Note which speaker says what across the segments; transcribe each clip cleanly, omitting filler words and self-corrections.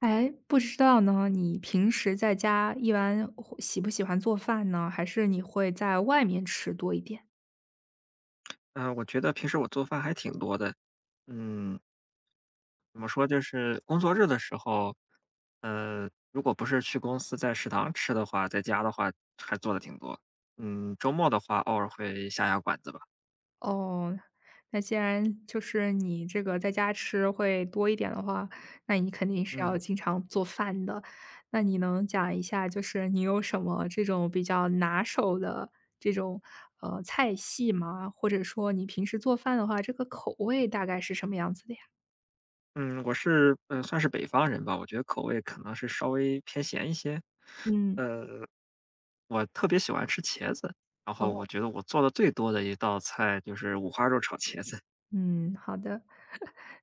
Speaker 1: 哎，不知道呢，你平时在家一般会喜不喜欢做饭呢？还是你会在外面吃多一点？
Speaker 2: 嗯，我觉得平时我做饭还挺多的。嗯，怎么说，就是工作日的时候，如果不是去公司在食堂吃的话，在家的话还做的挺多。周末的话，偶尔会下下馆子吧。
Speaker 1: 哦，那既然就是你这个在家吃会多一点的话，那你肯定是要
Speaker 2: 嗯
Speaker 1: 经常做饭的。那你能讲一下，就是你有什么这种比较拿手的这种菜系吗？或者说你平时做饭的话，这个口味大概是什么样子的呀？
Speaker 2: 嗯，我是嗯、呃算是北方人吧，我觉得口味可能是稍微偏咸一些。
Speaker 1: 嗯。
Speaker 2: 我特别喜欢吃茄子，然后我
Speaker 1: 哦，
Speaker 2: 觉得我做的最多的一道菜就是五花肉炒茄子。
Speaker 1: 嗯，好的。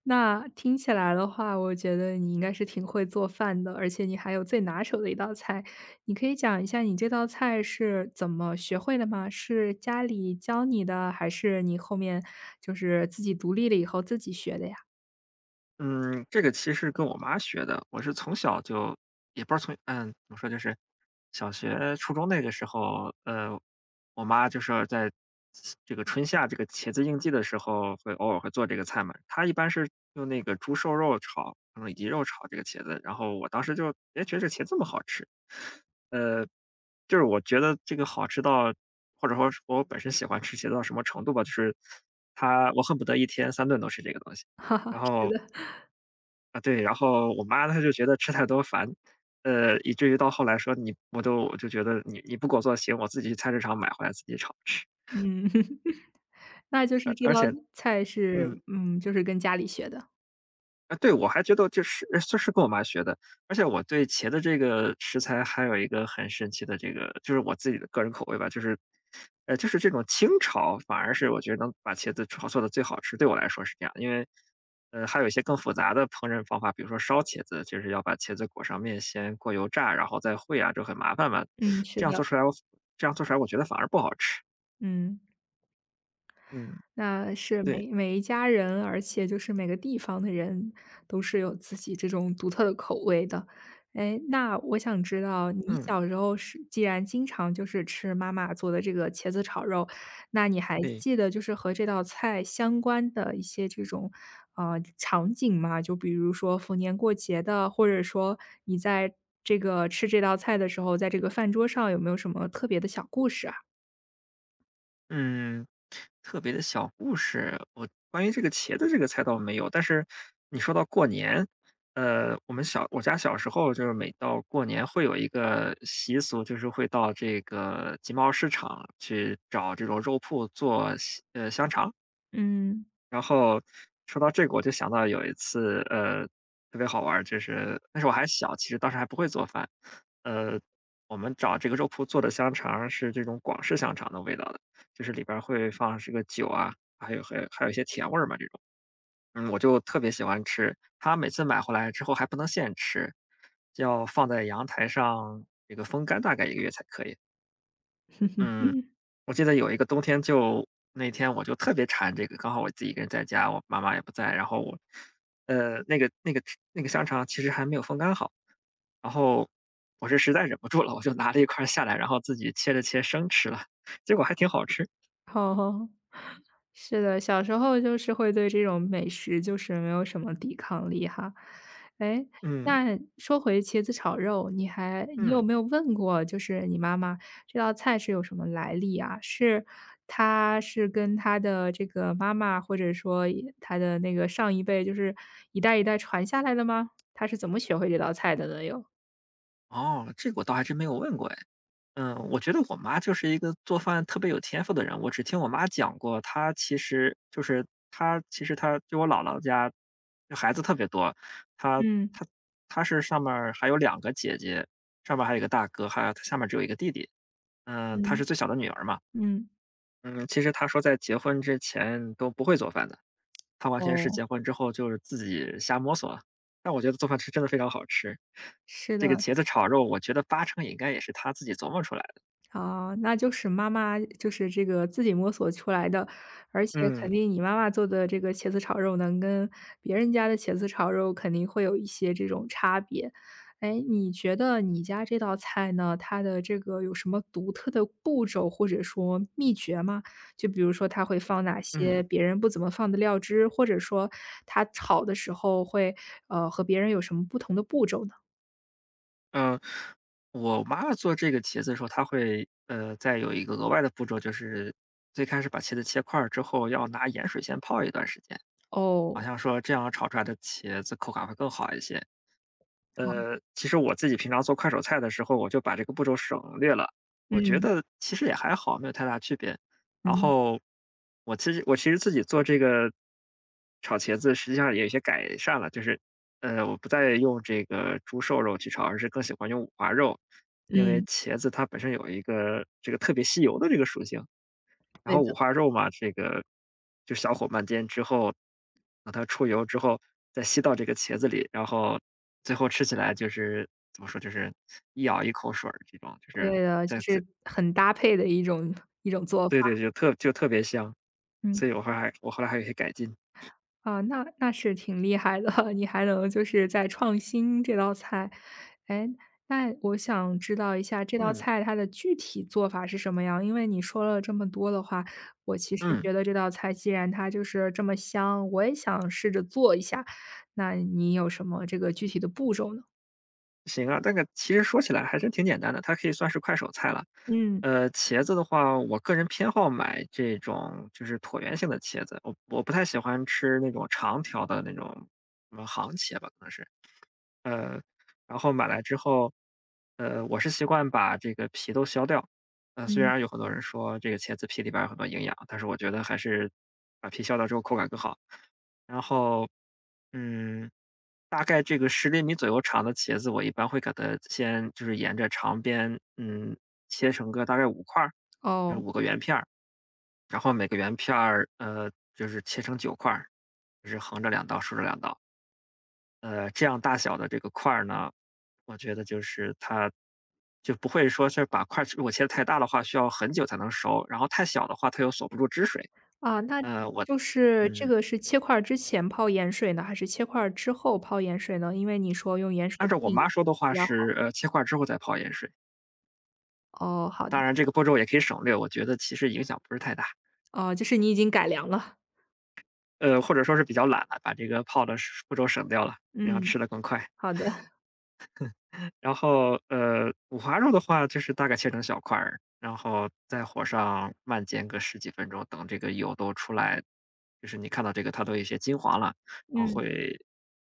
Speaker 1: 那听起来的话，我觉得你应该是挺会做饭的，而且你还有最拿手的一道菜，你可以讲一下你这道菜是怎么学会的吗？是家里教你的，还是你后面就是自己独立了以后自己学的呀？
Speaker 2: 嗯，这个其实跟我妈学的，我是从小就也不是从怎么说，就是小学、初中那个时候，我妈就是在这个春夏这个茄子应季的时候，会偶尔会做这个菜嘛。她一般是用那个猪瘦肉炒，以及肉炒这个茄子，然后我当时就哎觉得这茄子这么好吃，呃，就是我觉得这个好吃到，或者说是我本身喜欢吃茄子到什么程度吧，就是它我恨不得一天三顿都吃这个东西。
Speaker 1: 哈哈，
Speaker 2: 然
Speaker 1: 是
Speaker 2: 后，
Speaker 1: 的，
Speaker 2: 啊，对，然后我妈她就觉得吃太多烦，以至于到后来说你我就觉得你不给我做行，我自己去菜市场买回来自己炒吃，
Speaker 1: 嗯，那就是
Speaker 2: 而
Speaker 1: 这
Speaker 2: 而
Speaker 1: 道
Speaker 2: 且
Speaker 1: 菜是，
Speaker 2: 嗯。
Speaker 1: 嗯，就是跟家里学的，
Speaker 2: 啊，对，我还觉得就是跟我妈学的，而且我对茄子这个食材还有一个很神奇的这个，就是我自己的个人口味吧，就是，这种清炒反而是我觉得能把茄子炒做的最好吃，对我来说是这样，因为，还有一些更复杂的烹饪方法，比如说烧茄子，就是要把茄子裹上面，先过油炸，然后再烩啊，就很麻烦嘛，
Speaker 1: 嗯，是
Speaker 2: 这样
Speaker 1: 的，
Speaker 2: 做出来我，这样做出来我觉得反而不好吃，
Speaker 1: 嗯。
Speaker 2: 嗯，
Speaker 1: 那是
Speaker 2: 对，
Speaker 1: 每一家人，而且就是每个地方的人都是有自己这种独特的口味的。哎，那我想知道你
Speaker 2: 嗯，
Speaker 1: 小时候是既然经常就是吃妈妈做的这个茄子炒肉，那你还
Speaker 2: 对，
Speaker 1: 记得就是和这道菜相关的一些这种，场景吗？就比如说逢年过节的，或者说你在这个吃这道菜的时候，在这个饭桌上有没有什么特别的小故事啊？
Speaker 2: 嗯。特别的小故事，我关于这个茄子这个菜倒没有，但是你说到过年，我家小时候就是每到过年会有一个习俗，就是会到这个集贸市场去找这种肉铺做香肠。
Speaker 1: 嗯。
Speaker 2: 然后说到这个，我就想到有一次，特别好玩儿，就是那时候我还小，其实当时还不会做饭。呃，我们找这个肉铺做的香肠是这种广式香肠的味道的，就是里边儿会放这个酒啊，还有一些甜味儿嘛，这种。我就特别喜欢吃，他每次买回来之后还不能现吃，要放在阳台上这个风干大概一个月才可以。嗯，我记得有一个冬天就那天我就特别馋这个，刚好我自己一个人在家，我妈妈也不在，然后我，呃，那个那个那个香肠其实还没有风干好，然后我是实在忍不住了，我就拿了一块儿下来，然后自己切着切生吃了，结果还挺好吃。
Speaker 1: 好好。是的，小时候就是会对这种美食就是没有什么抵抗力哈。哎，
Speaker 2: 嗯
Speaker 1: 那说回茄子炒肉，你有
Speaker 2: 嗯，
Speaker 1: 没有问过就是你妈妈这道菜是有什么来历啊？是她是跟她的这个妈妈，或者说也她的那个上一辈，就是一代一代传下来的吗？她是怎么学会这道菜的呢又？
Speaker 2: 哦，这个我倒还真没有问过哎。我觉得我妈就是一个做饭特别有天赋的人。我只听我妈讲过，她其实就是她，其实她就我姥姥家，就孩子特别多。她
Speaker 1: 嗯，
Speaker 2: 她她是上面儿还有两个姐姐，上面儿还有一个大哥，还有她下面儿只有一个弟弟。她是
Speaker 1: 嗯，
Speaker 2: 最小的女儿嘛。
Speaker 1: 嗯。
Speaker 2: 嗯，其实她说在结婚之前都不会做饭的，她完全是
Speaker 1: 哦，
Speaker 2: 结婚之后就是自己瞎摸索。但我觉得做饭是真的非常好吃，
Speaker 1: 是
Speaker 2: 这个
Speaker 1: 的。
Speaker 2: 茄子炒肉，我觉得八成应该也是她自己琢磨出来的。
Speaker 1: 啊，那就是妈妈就是这个自己摸索出来的，而且肯
Speaker 2: 嗯。
Speaker 1: 定你妈妈做的这个茄子炒肉能跟别人家的茄子炒肉肯定会有一些这种差别。哎，你觉得你家这道菜呢，它的这个有什么独特的步骤或者说秘诀吗？就比如说它会放哪
Speaker 2: 嗯
Speaker 1: 些别人不怎么放的料汁，或者说它炒的时候会和别人有什么不同的步骤呢？
Speaker 2: 嗯，我妈做这个茄子的时候，她会，再有一个额外的步骤，就是最开始把茄子切块儿之后，要拿盐水先泡一段时间，好
Speaker 1: 哦，
Speaker 2: 像说这样炒出来的茄子口感会更好一些。
Speaker 1: 好，
Speaker 2: 其实我自己平常做快手菜的时候，我就把这个步骤省略了。我觉
Speaker 1: 嗯
Speaker 2: 得其实也还好，没有太大区别。然
Speaker 1: 嗯
Speaker 2: 后我其实自己做这个炒茄子，实际上也有一些改善了，就是我不再用这个猪瘦肉去炒，而是更喜欢用五花肉，因为
Speaker 1: 嗯。
Speaker 2: 茄子它本身有一个这个特别吸油的这个属性，然
Speaker 1: 对
Speaker 2: 后五
Speaker 1: 的。
Speaker 2: 花肉嘛，这个就小火慢煎之后，让它出油之后，再吸到这个茄子里，然后最后吃起来就是怎么说，就是一咬一口水儿这种，就是
Speaker 1: 对的，
Speaker 2: 在
Speaker 1: 就
Speaker 2: 在
Speaker 1: 是很搭配的一种做
Speaker 2: 对
Speaker 1: 法。
Speaker 2: 对，就特别香，
Speaker 1: 嗯。
Speaker 2: 所以我后来还有一些改进，
Speaker 1: 啊，那是挺厉害的，你还能就是在创新这道菜。哎，那我想知道一下这道
Speaker 2: 嗯
Speaker 1: 菜它的具体做法是什么样？因为你说了这么多的话，我其实
Speaker 2: 嗯。
Speaker 1: 觉得这道菜既然它就是这么香，我也想试着做一下。那你有什么这个具体的步骤呢？
Speaker 2: 行啊，这个其实说起来还是挺简单的，它可以算是快手菜了。
Speaker 1: 嗯，
Speaker 2: 茄子的话，我个人偏好买这种就是椭圆形的茄子，我不太喜欢吃那种长条的那种什么杭茄吧，可能是。呃，然后买来之后，我是习惯把这个皮都削掉。虽
Speaker 1: 嗯。
Speaker 2: 然有很多人说这个茄子皮里边儿有很多营养，但是我觉得还是把皮削掉之后口感更好。然后，嗯，大概这个10厘米左右长的茄子，我一般会给它先就是沿着长边，切成个大概五块儿，就是
Speaker 1: 哦。
Speaker 2: 五个圆片儿，然后每个圆片儿，就是切成九块儿，就是横着两刀，竖着两刀。这样大小的这个块儿呢，我觉得就是它就不会说是把块儿如果切的太大的话，需要很久才能熟，然后太小的话它又锁不住汁水。
Speaker 1: 啊，那
Speaker 2: 呃，我
Speaker 1: 就是这
Speaker 2: 嗯，
Speaker 1: 个是切块儿之前泡盐水呢，还是切块儿之后泡盐水呢？因为你说用盐水
Speaker 2: 按照我
Speaker 1: 浸一下
Speaker 2: 妈说的话
Speaker 1: 比较
Speaker 2: 是，
Speaker 1: 好。
Speaker 2: 切块之后再泡盐水。
Speaker 1: 哦，好的，
Speaker 2: 当然这个步骤也可以省略，我觉得其实影响不是太大。
Speaker 1: 哦，就是你已经改良了。
Speaker 2: 或者说是比较懒了，把这个泡的步骤省掉了，那样
Speaker 1: 嗯，
Speaker 2: 吃的更快。
Speaker 1: 好的，
Speaker 2: 然后，五花肉的话就是大概切成小块儿，然后在火上慢煎个十几分钟，等这个油都出来，就是你看到这个它都有一些金黄了，然后
Speaker 1: 嗯，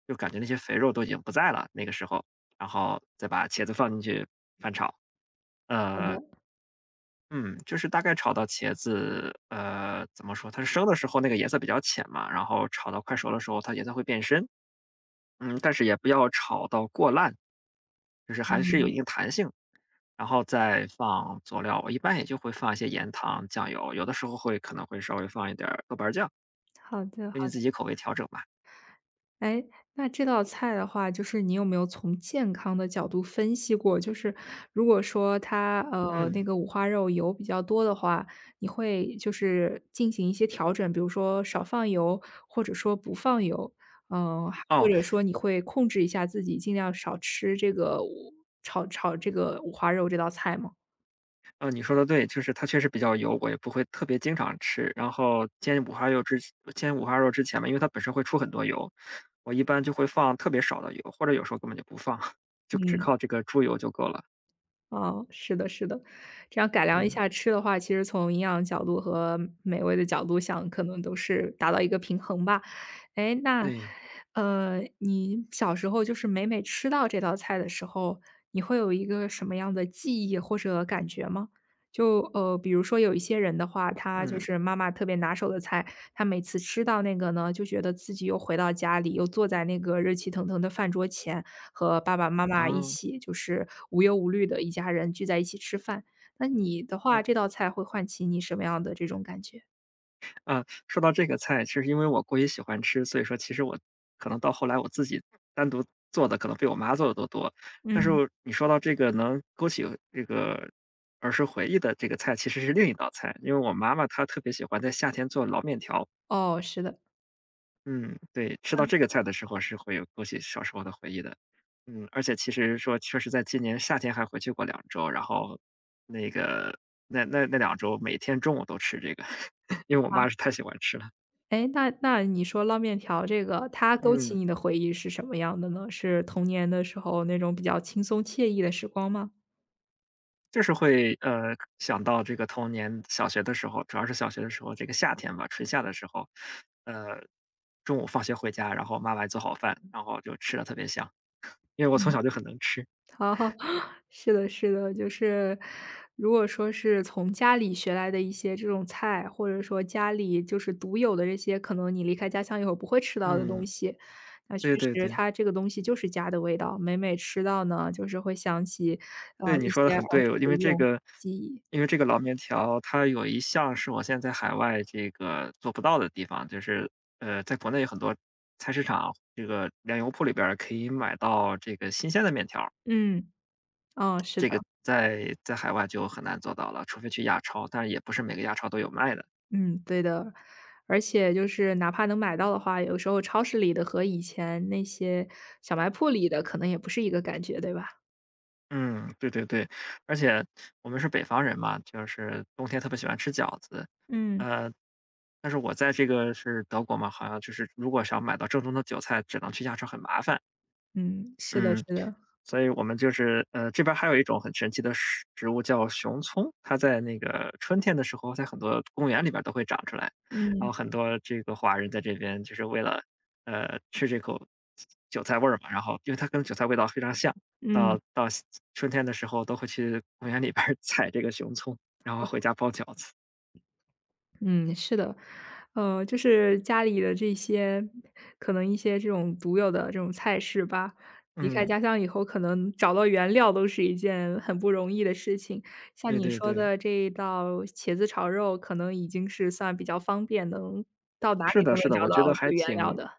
Speaker 2: 就感觉那些肥肉都已经不在了，那个时候，然后再把茄子放进去翻炒。
Speaker 1: 好
Speaker 2: 呃，
Speaker 1: 的，
Speaker 2: 嗯，就是大概炒到茄子，怎么说？它是生的时候那个颜色比较浅嘛，然后炒到快熟的时候，它颜色会变深。但是也不要炒到过烂，就是还是有一
Speaker 1: 嗯，
Speaker 2: 定弹性。然后再放佐料，我一般也就会放一些盐、糖、酱油，有的时候可能会稍微放一点儿豆瓣儿酱，
Speaker 1: 好的。
Speaker 2: 根据自己口味调整吧。
Speaker 1: 哎，那这道菜的话，就是你有没有从健康的角度分析过？就是如果说它那
Speaker 2: 嗯，
Speaker 1: 个五花肉油比较多的话，你会就是进行一些调整，比如说少放油，或者说不放油，还或
Speaker 2: 哦，
Speaker 1: 者说你会控制一下自己，尽量少吃这个五炒炒这个五花肉这道菜吗？
Speaker 2: 嗯，你说的对，就是它确实比较油，我也不会特别经常吃。然后煎五花肉之前嘛，因为它本身会出很多油，我一般就会放特别少的油，或者有时候根本就不放，就只
Speaker 1: 嗯，
Speaker 2: 靠这个猪油就够了。
Speaker 1: 哦，是的，是的，这样改良一
Speaker 2: 嗯，
Speaker 1: 下吃的话，其实从营养角度和美味的角度想，可能都是达到一个平衡吧。哎，那，
Speaker 2: 对。
Speaker 1: 你小时候就是每每吃到这道菜的时候，你会有一个什么样的记忆或者感觉吗？就，比如说有一些人的话，他就
Speaker 2: 嗯，
Speaker 1: 是妈妈特别拿手的菜，他每次吃到那个呢，就觉得自己又回到家里，又坐在那个热气腾腾的饭桌前，和爸爸妈妈一
Speaker 2: 啊
Speaker 1: 起，就是无忧无虑的一家人聚在一起吃饭。那你的话，
Speaker 2: 啊。
Speaker 1: 这道菜会唤起你什么样的这种感觉？
Speaker 2: 啊，说到这个菜，其实因为我过于喜欢吃，所以说其实我可能到后来我自己单独做的可能比我妈做的都多。但是
Speaker 1: 嗯。
Speaker 2: 你说到这个能勾起这个儿时回忆的这个菜，其实是另一道菜，因为我妈妈她特别喜欢在夏天做老面条。
Speaker 1: 哦，是的。
Speaker 2: 嗯，对，吃到这个菜的时候是会有勾起小时候的回忆的。嗯，而且其实说确实在今年夏天还回去过两周，然后那个那两周每天中午都吃这个，因为我
Speaker 1: 啊。
Speaker 2: 妈是太喜欢吃了。
Speaker 1: 哎，那你说捞面条这个，它勾起
Speaker 2: 嗯。
Speaker 1: 你的回忆是什么样的呢？是童年的时候那种比较轻松惬意的时光吗？
Speaker 2: 就是会，想到这个童年小学的时候，主要是小学的时候，这个夏天吧，春夏的时候，呃，中午放学回家，然后妈妈做好饭，然后就吃的特别香，因为我从
Speaker 1: 嗯。
Speaker 2: 小就很能吃。
Speaker 1: 好 是的是的，就是如果说是从家里学来的一些这种菜，或者说家里就是独有的这些，可能你离开家乡以后不会吃到的东
Speaker 2: 嗯，
Speaker 1: 西，那确
Speaker 2: 对对
Speaker 1: 实
Speaker 2: 对，
Speaker 1: 它这个东西就是家的味道。每每吃到呢，就是会想起，啊
Speaker 2: 对，你
Speaker 1: 一
Speaker 2: 说的
Speaker 1: 些儿
Speaker 2: 很对，因
Speaker 1: 时的
Speaker 2: 为
Speaker 1: 这
Speaker 2: 这
Speaker 1: 种
Speaker 2: 个因为这个老面条它有一项是我现在在海外这个做不到的地方，就是，在国内有很多菜市场这个粮油铺里边儿可以买到这个新鲜的面条。
Speaker 1: 嗯，啊，是
Speaker 2: 这
Speaker 1: 的。
Speaker 2: 个在海外就很难做到了，除非去亚超，但是也不是每个亚超都有卖的。
Speaker 1: 嗯，对的。而且就是哪怕能买到的话，有时候超市里的和以前那些小卖铺里的可能也不是一个感觉，对吧？
Speaker 2: 嗯，对对对，而且我们是北方人嘛，就是冬天特别喜欢吃饺子，
Speaker 1: 嗯。
Speaker 2: 呃，但是我在这个是德国嘛，好像就是如果想买到正宗的韭菜，只能去亚超，很麻烦。
Speaker 1: 嗯，是的
Speaker 2: 嗯，
Speaker 1: 是的，
Speaker 2: 所以我们就是这边儿还有一种很神奇的食植物叫熊葱，它在那个春天的时候，在很多公园里边儿都会长出来，然
Speaker 1: 嗯，
Speaker 2: 后很多这个华人在这边就是为了吃这口韭菜味儿嘛，然后因为它跟韭菜味道非常像，
Speaker 1: 嗯。
Speaker 2: 到春天的时候都会去公园里边儿 采这个熊葱，然后回家包饺子。
Speaker 1: 嗯，是的，就是家里的这些可能一些这种独有的这种菜式吧，离开
Speaker 2: 嗯，
Speaker 1: 家乡以后，可能找到原料都是一件很不容易的事情。像
Speaker 2: 对
Speaker 1: 你
Speaker 2: 对
Speaker 1: 说
Speaker 2: 对，
Speaker 1: 的这一道茄子炒肉，可能已经是算比较方便，能到哪
Speaker 2: 是
Speaker 1: 里
Speaker 2: 的，
Speaker 1: 都能
Speaker 2: 是的，
Speaker 1: 找到这个原料的。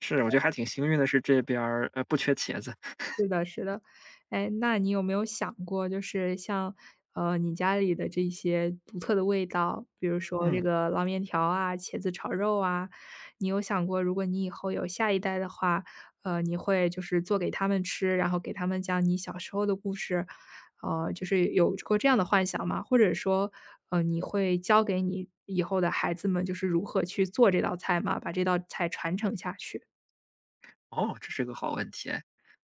Speaker 2: 我觉得还挺幸运的是这边儿不缺茄子，
Speaker 1: 是的，是的。哎，那你有没有想过，就是像，你家里的这些独特的味道，比如说这
Speaker 2: 嗯。
Speaker 1: 个捞面条啊、茄子炒肉啊，你有想过，如果你以后有下一代的话，你会就是做给他们吃，然后给他们讲你小时候的故事，就是有过这样的幻想吗？或者说，你会教给你以后的孩子们，就是如何去做这道菜吗？把这道菜传承下去。
Speaker 2: 哦，这是个好问题哎。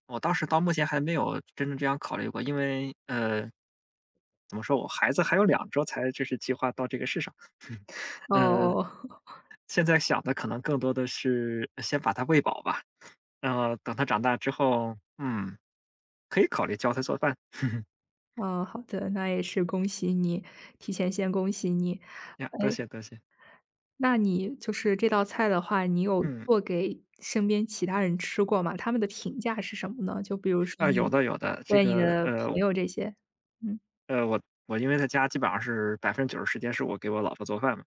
Speaker 2: 我当时到目前还没有真正这样考虑过，因为，怎么说，我孩子还有两周才就是计划到这个世上。呃，
Speaker 1: 哦。
Speaker 2: 现在想的可能更多的是先把他喂饱吧，然后等他长大之后，可以考虑教他做饭。
Speaker 1: 嗯，好的，那也是恭喜你，提前先恭喜你。
Speaker 2: 呀，多
Speaker 1: 哎，
Speaker 2: 谢多谢。
Speaker 1: 那你就是这道菜的话，你有
Speaker 2: 嗯，
Speaker 1: 做给身边其他人吃过吗？他们的评价是什么呢？就比如说
Speaker 2: 啊，有
Speaker 1: 你
Speaker 2: 的有的，
Speaker 1: 对你的朋友这些，嗯，
Speaker 2: 呃，我我因为在家基本上是90%时间是我给我老婆做饭嘛，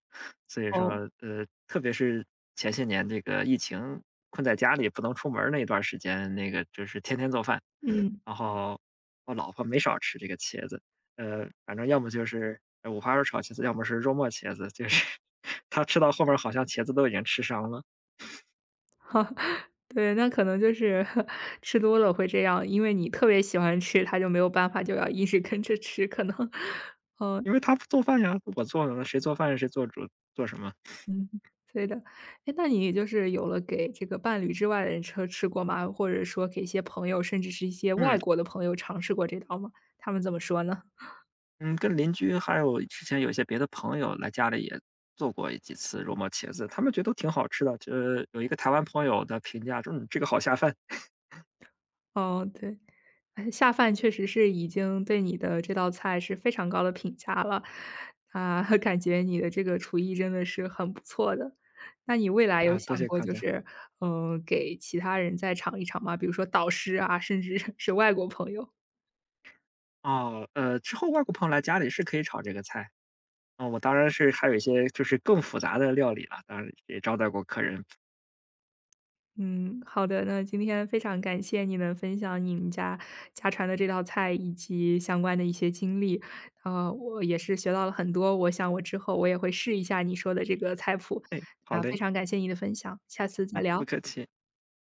Speaker 2: 所以
Speaker 1: 哦，
Speaker 2: 说，特别是前些年这个疫情困在家里不能出门儿那段时间，就是天天做饭，
Speaker 1: 嗯，
Speaker 2: 然后我老婆没少吃这个茄子，反正要么就是五花肉炒茄子，要么是肉末茄子，就是 她吃到后面好像茄子都已经吃伤了，
Speaker 1: 哈对，那可能就是 吃多了会这样，因为你特别喜欢吃，他就没有办法，就要一直跟着吃，可能 嗯、
Speaker 2: 因为她不做饭呀，我做呢，谁做饭谁做主做什么？
Speaker 1: 嗯，对的。哎，那你就是有了给这个伴侣之外的人吃过吗？或者说给一些朋友，甚至是一些
Speaker 2: 嗯。
Speaker 1: 外国的朋友尝试过这道吗？他们怎么说呢？
Speaker 2: 嗯，跟邻居还有之前有一些别的朋友来家里也做过几次肉末茄子，他们觉得都挺好吃的。就有一个台湾朋友的评价说："嗯，这个好下饭
Speaker 1: 哦，对，哎下饭确实是已经对你的这道菜是非常高的评价了，啊，感觉你的这个厨艺真的是很不错的。那你未来有
Speaker 2: 啊，多
Speaker 1: 想
Speaker 2: 谢
Speaker 1: 过
Speaker 2: 夸
Speaker 1: 就
Speaker 2: 奖。
Speaker 1: 是，给其他人再尝一尝吗？比如说导师啊，甚至是外国朋友。
Speaker 2: 哦，之后外国朋友来家里是可以炒这个菜。啊。我当然是还有一些就是更复杂的料理了，当然也招待过客人。
Speaker 1: 嗯，好的，那今天非常感谢你能分享你们家家传的这道菜以及相关的一些经历，我也是学到了很多，我想我之后我也会试一下你说的这个菜谱，
Speaker 2: 哎，好
Speaker 1: 啊，非
Speaker 2: 嘞，
Speaker 1: 常感谢你的分享，下次再
Speaker 2: 嗯，不
Speaker 1: 聊。
Speaker 2: 客气。